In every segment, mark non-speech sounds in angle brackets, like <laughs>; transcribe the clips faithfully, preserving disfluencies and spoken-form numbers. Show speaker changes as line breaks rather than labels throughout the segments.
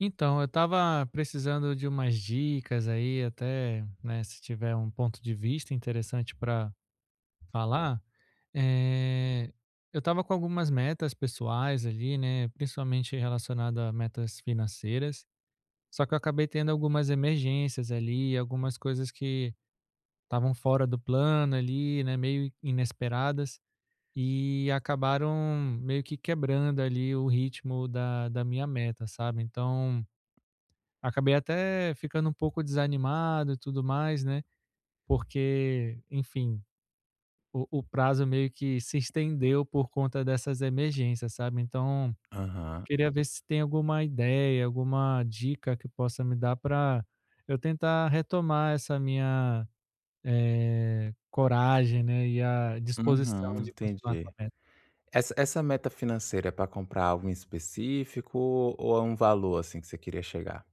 Então, eu estava precisando de umas dicas aí, até, né, se tiver um ponto de vista interessante para falar. Eh, eu estava com algumas metas pessoais ali, né, principalmente relacionado a metas financeiras, só que eu acabei tendo algumas emergências ali, algumas coisas que estavam fora do plano ali, né, meio inesperadas, e acabaram meio que quebrando ali o ritmo da, da minha meta, sabe? Então acabei até ficando um pouco desanimado e tudo mais, né, porque, enfim, o o prazo meio que se estendeu por conta dessas emergências, sabe. Então,
Aham.
queria ver se tem alguma ideia, alguma dica que possa me dar para eu tentar retomar essa minha, eh, coragem, né, e a disposição
Uhum,
de continuar com
entendi.
a meta.
Essa essa meta financeira é para comprar algo em específico ou é um valor, assim, que você queria chegar?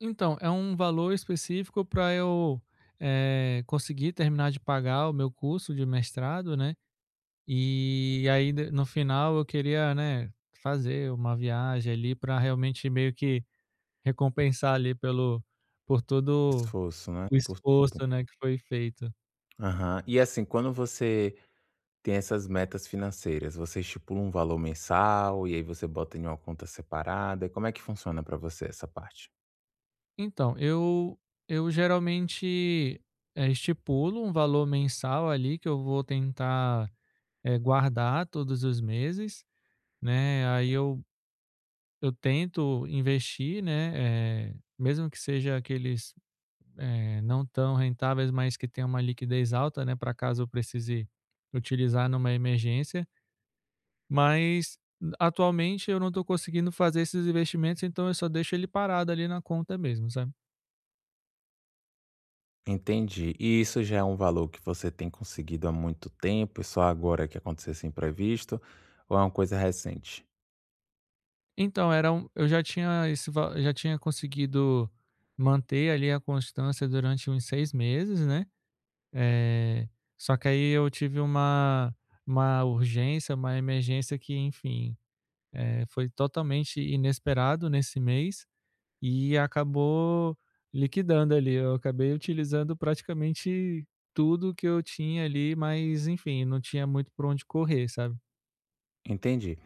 Então, é um valor específico para eu, eh, conseguir terminar de pagar o meu curso de mestrado, né. E aí de no final eu queria, né, fazer uma viagem ali para realmente meio que recompensar ali pelo por todo
Esforço, né,
o
por tudo.
esforço, né, que foi feito.
Aham. E, assim, quando você tem essas metas financeiras, você estipula um valor mensal e aí você bota em uma conta separada? E como é que funciona para você essa parte?
Então, eu eu geralmente, eh, estipulo um valor mensal ali que eu vou tentar, eh, guardar todos os meses, né, aí eu eu tento investir, né, eh, mesmo que seja aqueles eh, não tão rentáveis, mas que tenham uma liquidez alta, né, para caso eu precise utilizar numa emergência, mas n- atualmente eu não estou conseguindo fazer esses investimentos, então eu só deixo ele parado ali na conta mesmo, sabe.
Entendi. E isso já é um valor que você tem conseguido há muito tempo e só agora que aconteceu esse imprevisto ou é uma coisa recente?
Então era um eu já tinha esse va já tinha conseguido manter ali a constância durante uns seis meses, né, eh, só que aí eu tive uma uma urgência, uma emergência que, enfim, eh, foi totalmente inesperado nesse mês. E acabou liquidando ali, eu acabei utilizando praticamente tudo que eu tinha ali, mas enfim, não tinha muito por onde correr, sabe.
Entendi.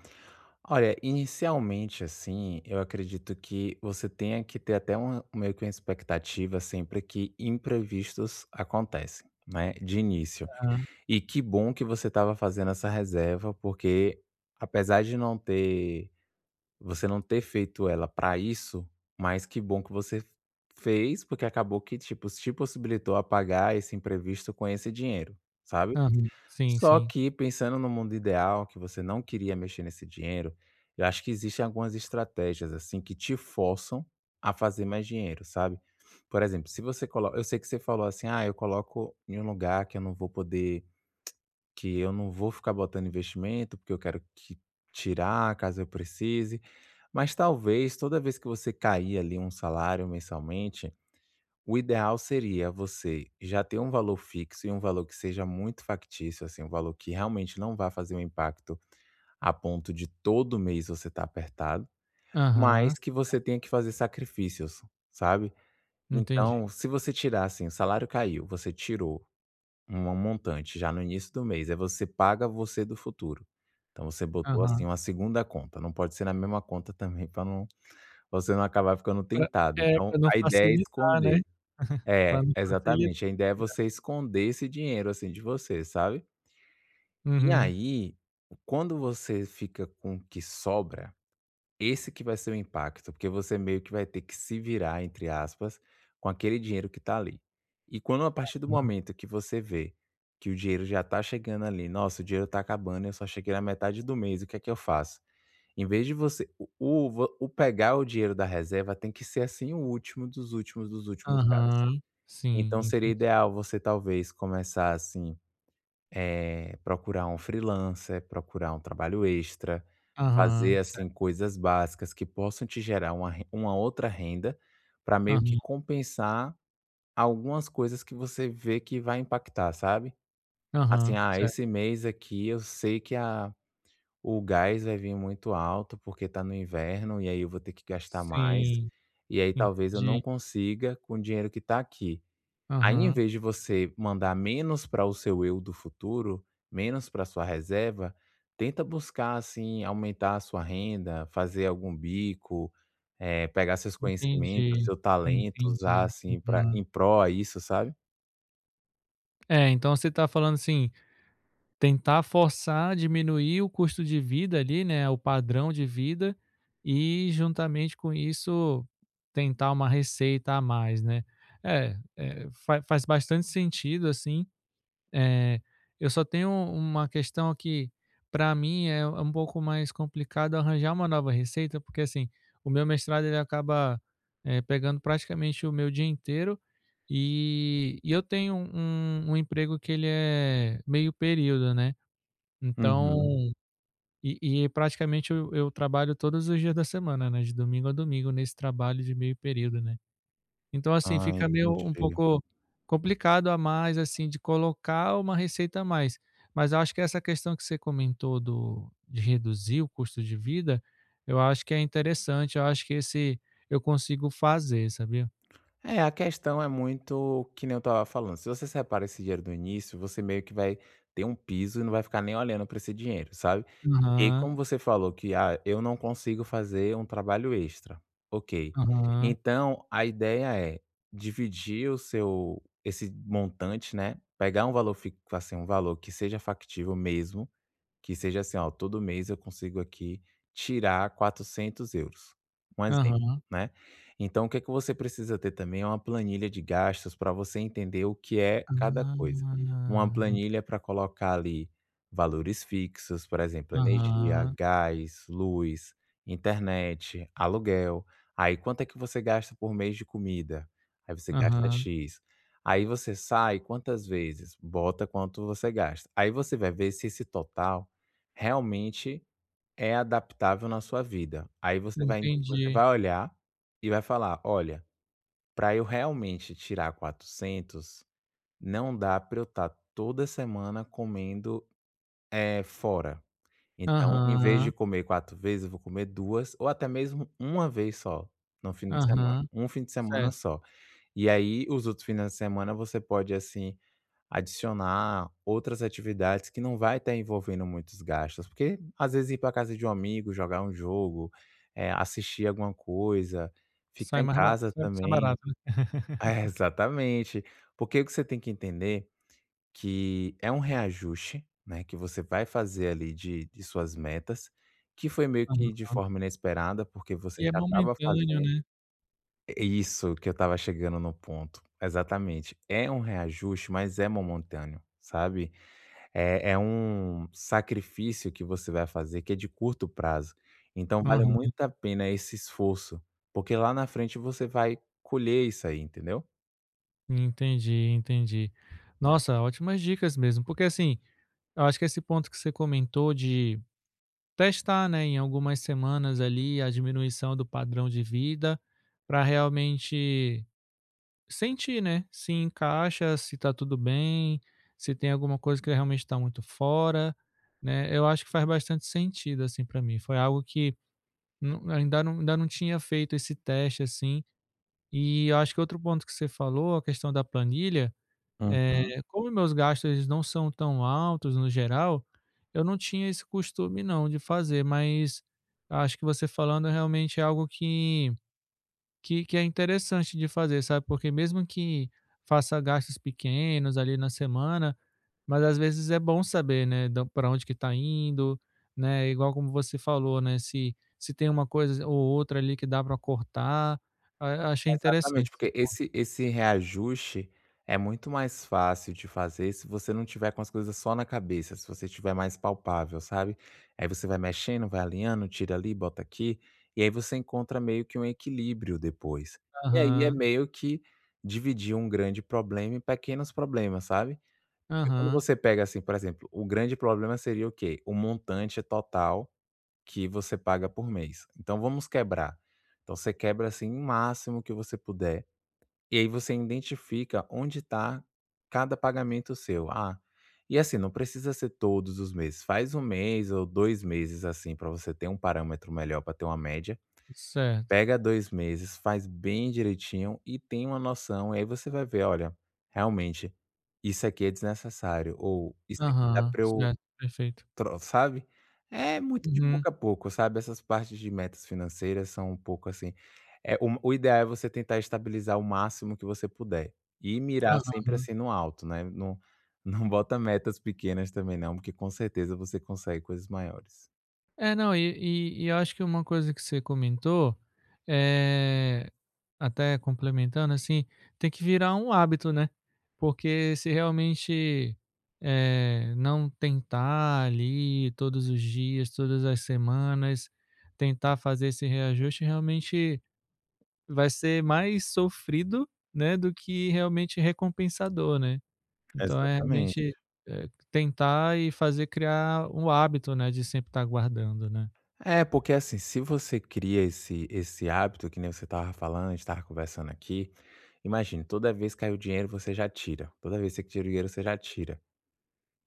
Olha, inicialmente, assim, eu acredito que você tenha que ter até uma, meio que uma expectativa sempre que imprevistos acontecem, né? De início.
Tá.
E que bom que você estava fazendo essa reserva, porque apesar de não ter, você não ter feito ela para isso, mas que bom que você fez, porque acabou que, tipo, te possibilitou a pagar esse imprevisto com esse dinheiro, sabe?
Aham. Sim,
Só
sim.
que pensando no mundo ideal, que você não queria mexer nesse dinheiro, eu acho que existem algumas estratégias, assim, que te forçam a fazer mais dinheiro, sabe. Por exemplo, se você coloca, eu sei que você falou assim: "Ah, eu coloco em um lugar que eu não vou poder que eu não vou ficar botando investimento, porque eu quero que tirar caso eu precise", mas talvez toda vez que você cair ali um salário mensalmente o ideal seria você já ter um valor fixo e um valor que seja muito factício, assim, um valor que realmente não vá fazer um impacto a ponto de todo mês você estar apertado, mas
Aham,
que você tenha que fazer sacrifícios, sabe.
entendi.
Então, se você tirar, assim, o salário caiu, você tirou um montante já no início do mês, aí você paga você do futuro. Então você botou, assim,
Aham.
uma segunda conta, não pode ser na mesma conta também para não você não acabar ficando
Pra
tentado.
é,
Então
pra não
a ideia é
facilitar, né,
esconder. É,
pra não
exatamente. A
facilitar.
ideia é você esconder esse dinheiro, assim, de você, sabe. E
Uhum.
aí, quando você fica com o que sobra, esse que vai ser o impacto, porque você meio que vai ter que "se virar", entre aspas, com aquele dinheiro que tá ali. E quando a partir do momento que você vê que o dinheiro já tá chegando ali: "Nossa, o dinheiro tá acabando, eu só cheguei na metade do mês, o que é que eu faço?". Em vez de você o o o pegar o dinheiro da reserva tem que ser, assim, o último dos últimos dos últimos casos.
Aham.
Então
Sim,
seria
entendi.
ideal você talvez começar assim, eh, procurar um freelancer, procurar um trabalho extra,
Aham,
fazer assim
certo.
coisas básicas que possam te gerar uma re uma outra renda, para meio que
Aham,
compensar algumas coisas que você vê que vai impactar, sabe? Assim,
aham,
ah, esse
certo.
mês aqui eu sei que a o gás vai vir muito alto porque tá no inverno e aí eu vou ter que gastar mais,
Sim,
e aí talvez eu não
entendi.
consiga com o dinheiro que tá aqui. Aí, em
Aham,
vez de você mandar menos para o seu eu do futuro, menos para sua reserva, tenta buscar, assim, aumentar a sua renda, fazer algum bico, eh, pegar seus conhecimentos,
entendi,
seu talento, usar,
entendi.
assim, para
Aham.
em pró a isso, sabe?
É, então você está falando assim, tentar forçar, diminuir o custo de vida ali, né, o padrão de vida, e juntamente com isso tentar uma receita a mais, né. É, eh, fa faz bastante sentido, assim, é, eu só tenho uma questão que para mim é um pouco mais complicado arranjar uma nova receita, porque assim, o meu mestrado ele acaba, eh, pegando praticamente o meu dia inteiro e e eu tenho um um emprego que ele é meio período, né. Então
Uhum.
e e praticamente eu eu trabalho todos os dias da semana, né, de domingo a domingo nesse trabalho de meio período, né. Então, assim,
Ah,
fica meio um
entendi.
pouco complicado a mais, assim, de colocar uma receita a mais. Mas eu acho que essa questão que você comentou do de reduzir o custo de vida, eu acho que é interessante, eu acho que esse eu consigo fazer, sabia?
É, a questão é muito que nem eu estava falando, se você separa esse dinheiro do início, você meio que vai ter um piso e não vai ficar nem olhando para esse dinheiro, sabe? E aí,
Aham,
como você falou que: "Ah, eu não consigo fazer um trabalho extra", ok.
aham,
Então a ideia é dividir o seu esse montante, né, pegar um valor fi assim, um valor que seja factível mesmo, que seja assim, ó, todo mês eu consigo aqui tirar quatrocentos euros um exemplo,
aham.
né. Então o que é que você precisa ter também é uma planilha de gastos para você entender o que é cada
Ah,
coisa. Uma
ve
planilha para colocar ali valores fixos, por exemplo, energia,
aham,
gás, luz, internet, aluguel. Aí quanto é que você gasta por mês de comida? Aí você gasta
aham,
"X". Aí você sai quantas vezes? Bota quanto você gasta. Aí você vai ver se esse total realmente é adaptável na sua vida. Aí você vai você
entendi.
vai olhar e vai falar: "Olha, para eu realmente tirar quatrocentos, não dá para eu estar toda semana comendo, eh, fora. Então, em vez
Aham,
de comer quatro vezes, eu vou comer duas ou até mesmo uma vez só no fim de semana,
aham,
um fim de semana
certo.
só". E aí, os outros fins de semana você pode, assim adicionar outras atividades que não vai estar envolvendo muitos gastos, porque às vezes ir para casa de um amigo, jogar um jogo, eh, assistir alguma coisa, ficar
Sai
em
mais ba
casa
sai sai
também
barato, né.
<laughs> é,
<laughs>
exatamente. Porque o que você tem que entender que é um reajuste, né, que você vai fazer ali de de suas metas, que foi meio que de
Aham.
forma inesperada, porque você
E é
já estava
momentâneo,
fazendo
né.
é isso, que eu estava chegando no ponto. Exatamente. É um reajuste, mas é momentâneo, sabe? É é um sacrifício que você vai fazer que é de curto prazo, então vale Uhum.
Aham.
muito a pena esse esforço, porque lá na frente você vai colher isso aí, entendeu?
Entendi, entendi. Nossa, ótimas dicas mesmo, porque assim, eu acho que esse ponto que você comentou de testar, né, em algumas semanas ali a diminuição do padrão de vida para realmente sentir, né, se encaixa, se tá tudo bem, se tem alguma coisa que realmente está muito fora, né? Eu acho que faz bastante sentido assim para mim. Foi algo que nu- ainda não, ainda não tinha feito esse teste assim. E eu acho que outro ponto que você falou, a questão da planilha,
Hum.
eh, como meus gastos eles não são tão altos no geral, eu não tinha esse costume não de fazer, mas acho que você falando realmente é algo que que que é interessante de fazer, sabe, porque mesmo que faça gastos pequenos ali na semana, mas às vezes é bom saber, né, para onde que está indo, né, igual como você falou, né, se se tem uma coisa ou outra ali que dá para cortar, a achei
Exatamente,
interessante.
porque esse esse reajuste é muito mais fácil de fazer se você não tiver com as coisas só na cabeça, se você tiver mais palpável, sabe. Aí você vai mexendo, vai alinhando, tira ali, bota aqui, e aí você encontra meio que um equilíbrio depois. E aí é
Aham,
meio que dividir um grande problema em pequenos problemas, sabe. Porque quando
aham,
você pega, assim, por exemplo, o grande problema seria o quê? O montante total que você paga por mês. Então vamos quebrar. Então você quebra, assim, o máximo que você puder e aí você identifica onde está cada pagamento seu. Ah, e assim, não precisa ser todos os meses. Faz um mês ou dois meses, assim, para você ter um parâmetro melhor, para ter uma média.
certo.
Pega dois meses, faz bem direitinho e tem uma noção. E aí você vai ver: "Olha, realmente, isso aqui é desnecessário", ou "Isso aqui dá
Aham,
para eu".
certo, perfeito.
Tro Sabe? É muito de
Uhum,
pouco a pouco, sabe, essas partes de metas financeiras são um pouco assim, é o o ideal é você tentar estabilizar o máximo que você puder e mirar sempre,
aham.
assim, no alto, né, não <laughs> não bota metas pequenas também não, porque com certeza você consegue coisas maiores.
É, não, e e e eu acho que uma coisa que você comentou, é até complementando, assim, tem que virar um hábito, né, porque se realmente, é não tentar ali todos os dias, todas as semanas, tentar fazer esse reajuste, realmente vai ser mais sofrido, né, do que realmente recompensador, né. Então é
Exatamente.
realmente, eh, tentar e fazer criar um hábito, né, de sempre estar guardando, né.
É, porque, assim, se você cria esse esse hábito que nem você estava falando, a gente estava conversando aqui, imagine, toda vez que cai o dinheiro você já tira, toda vez que você tira o dinheiro você já tira.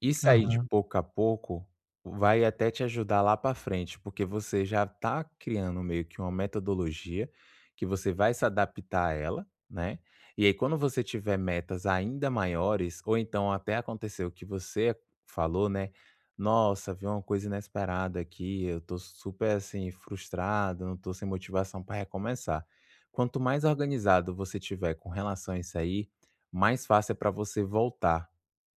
Isso aí de
Aham.
pouco a pouco vai até te ajudar lá para frente, porque você já está criando meio que uma metodologia que você vai se adaptar a ela, né? E aí quando você tiver metas ainda maiores, ou então até aconteceu o que você falou, né? Nossa, vi uma coisa inesperada aqui, eu tô super assim frustrado, não tô sem motivação para recomeçar. Quanto mais organizado você tiver com relação a isso aí, mais fácil é para você voltar,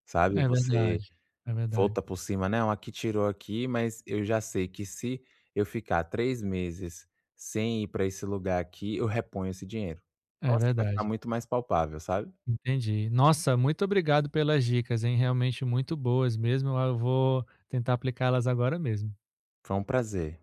sabe?
É
Você
verdade, é verdade,
volta por cima, não, aqui tirou aqui, mas eu já sei que se eu ficar três meses sem ir para esse lugar aqui, eu reponho esse dinheiro.
é
Então assim, vai ficar
verdade.
muito mais palpável, sabe.
Entendi. Nossa, muito obrigado pelas dicas, hein, realmente muito boas mesmo, ah, eu vou tentar aplicá-las agora mesmo.
Foi um prazer.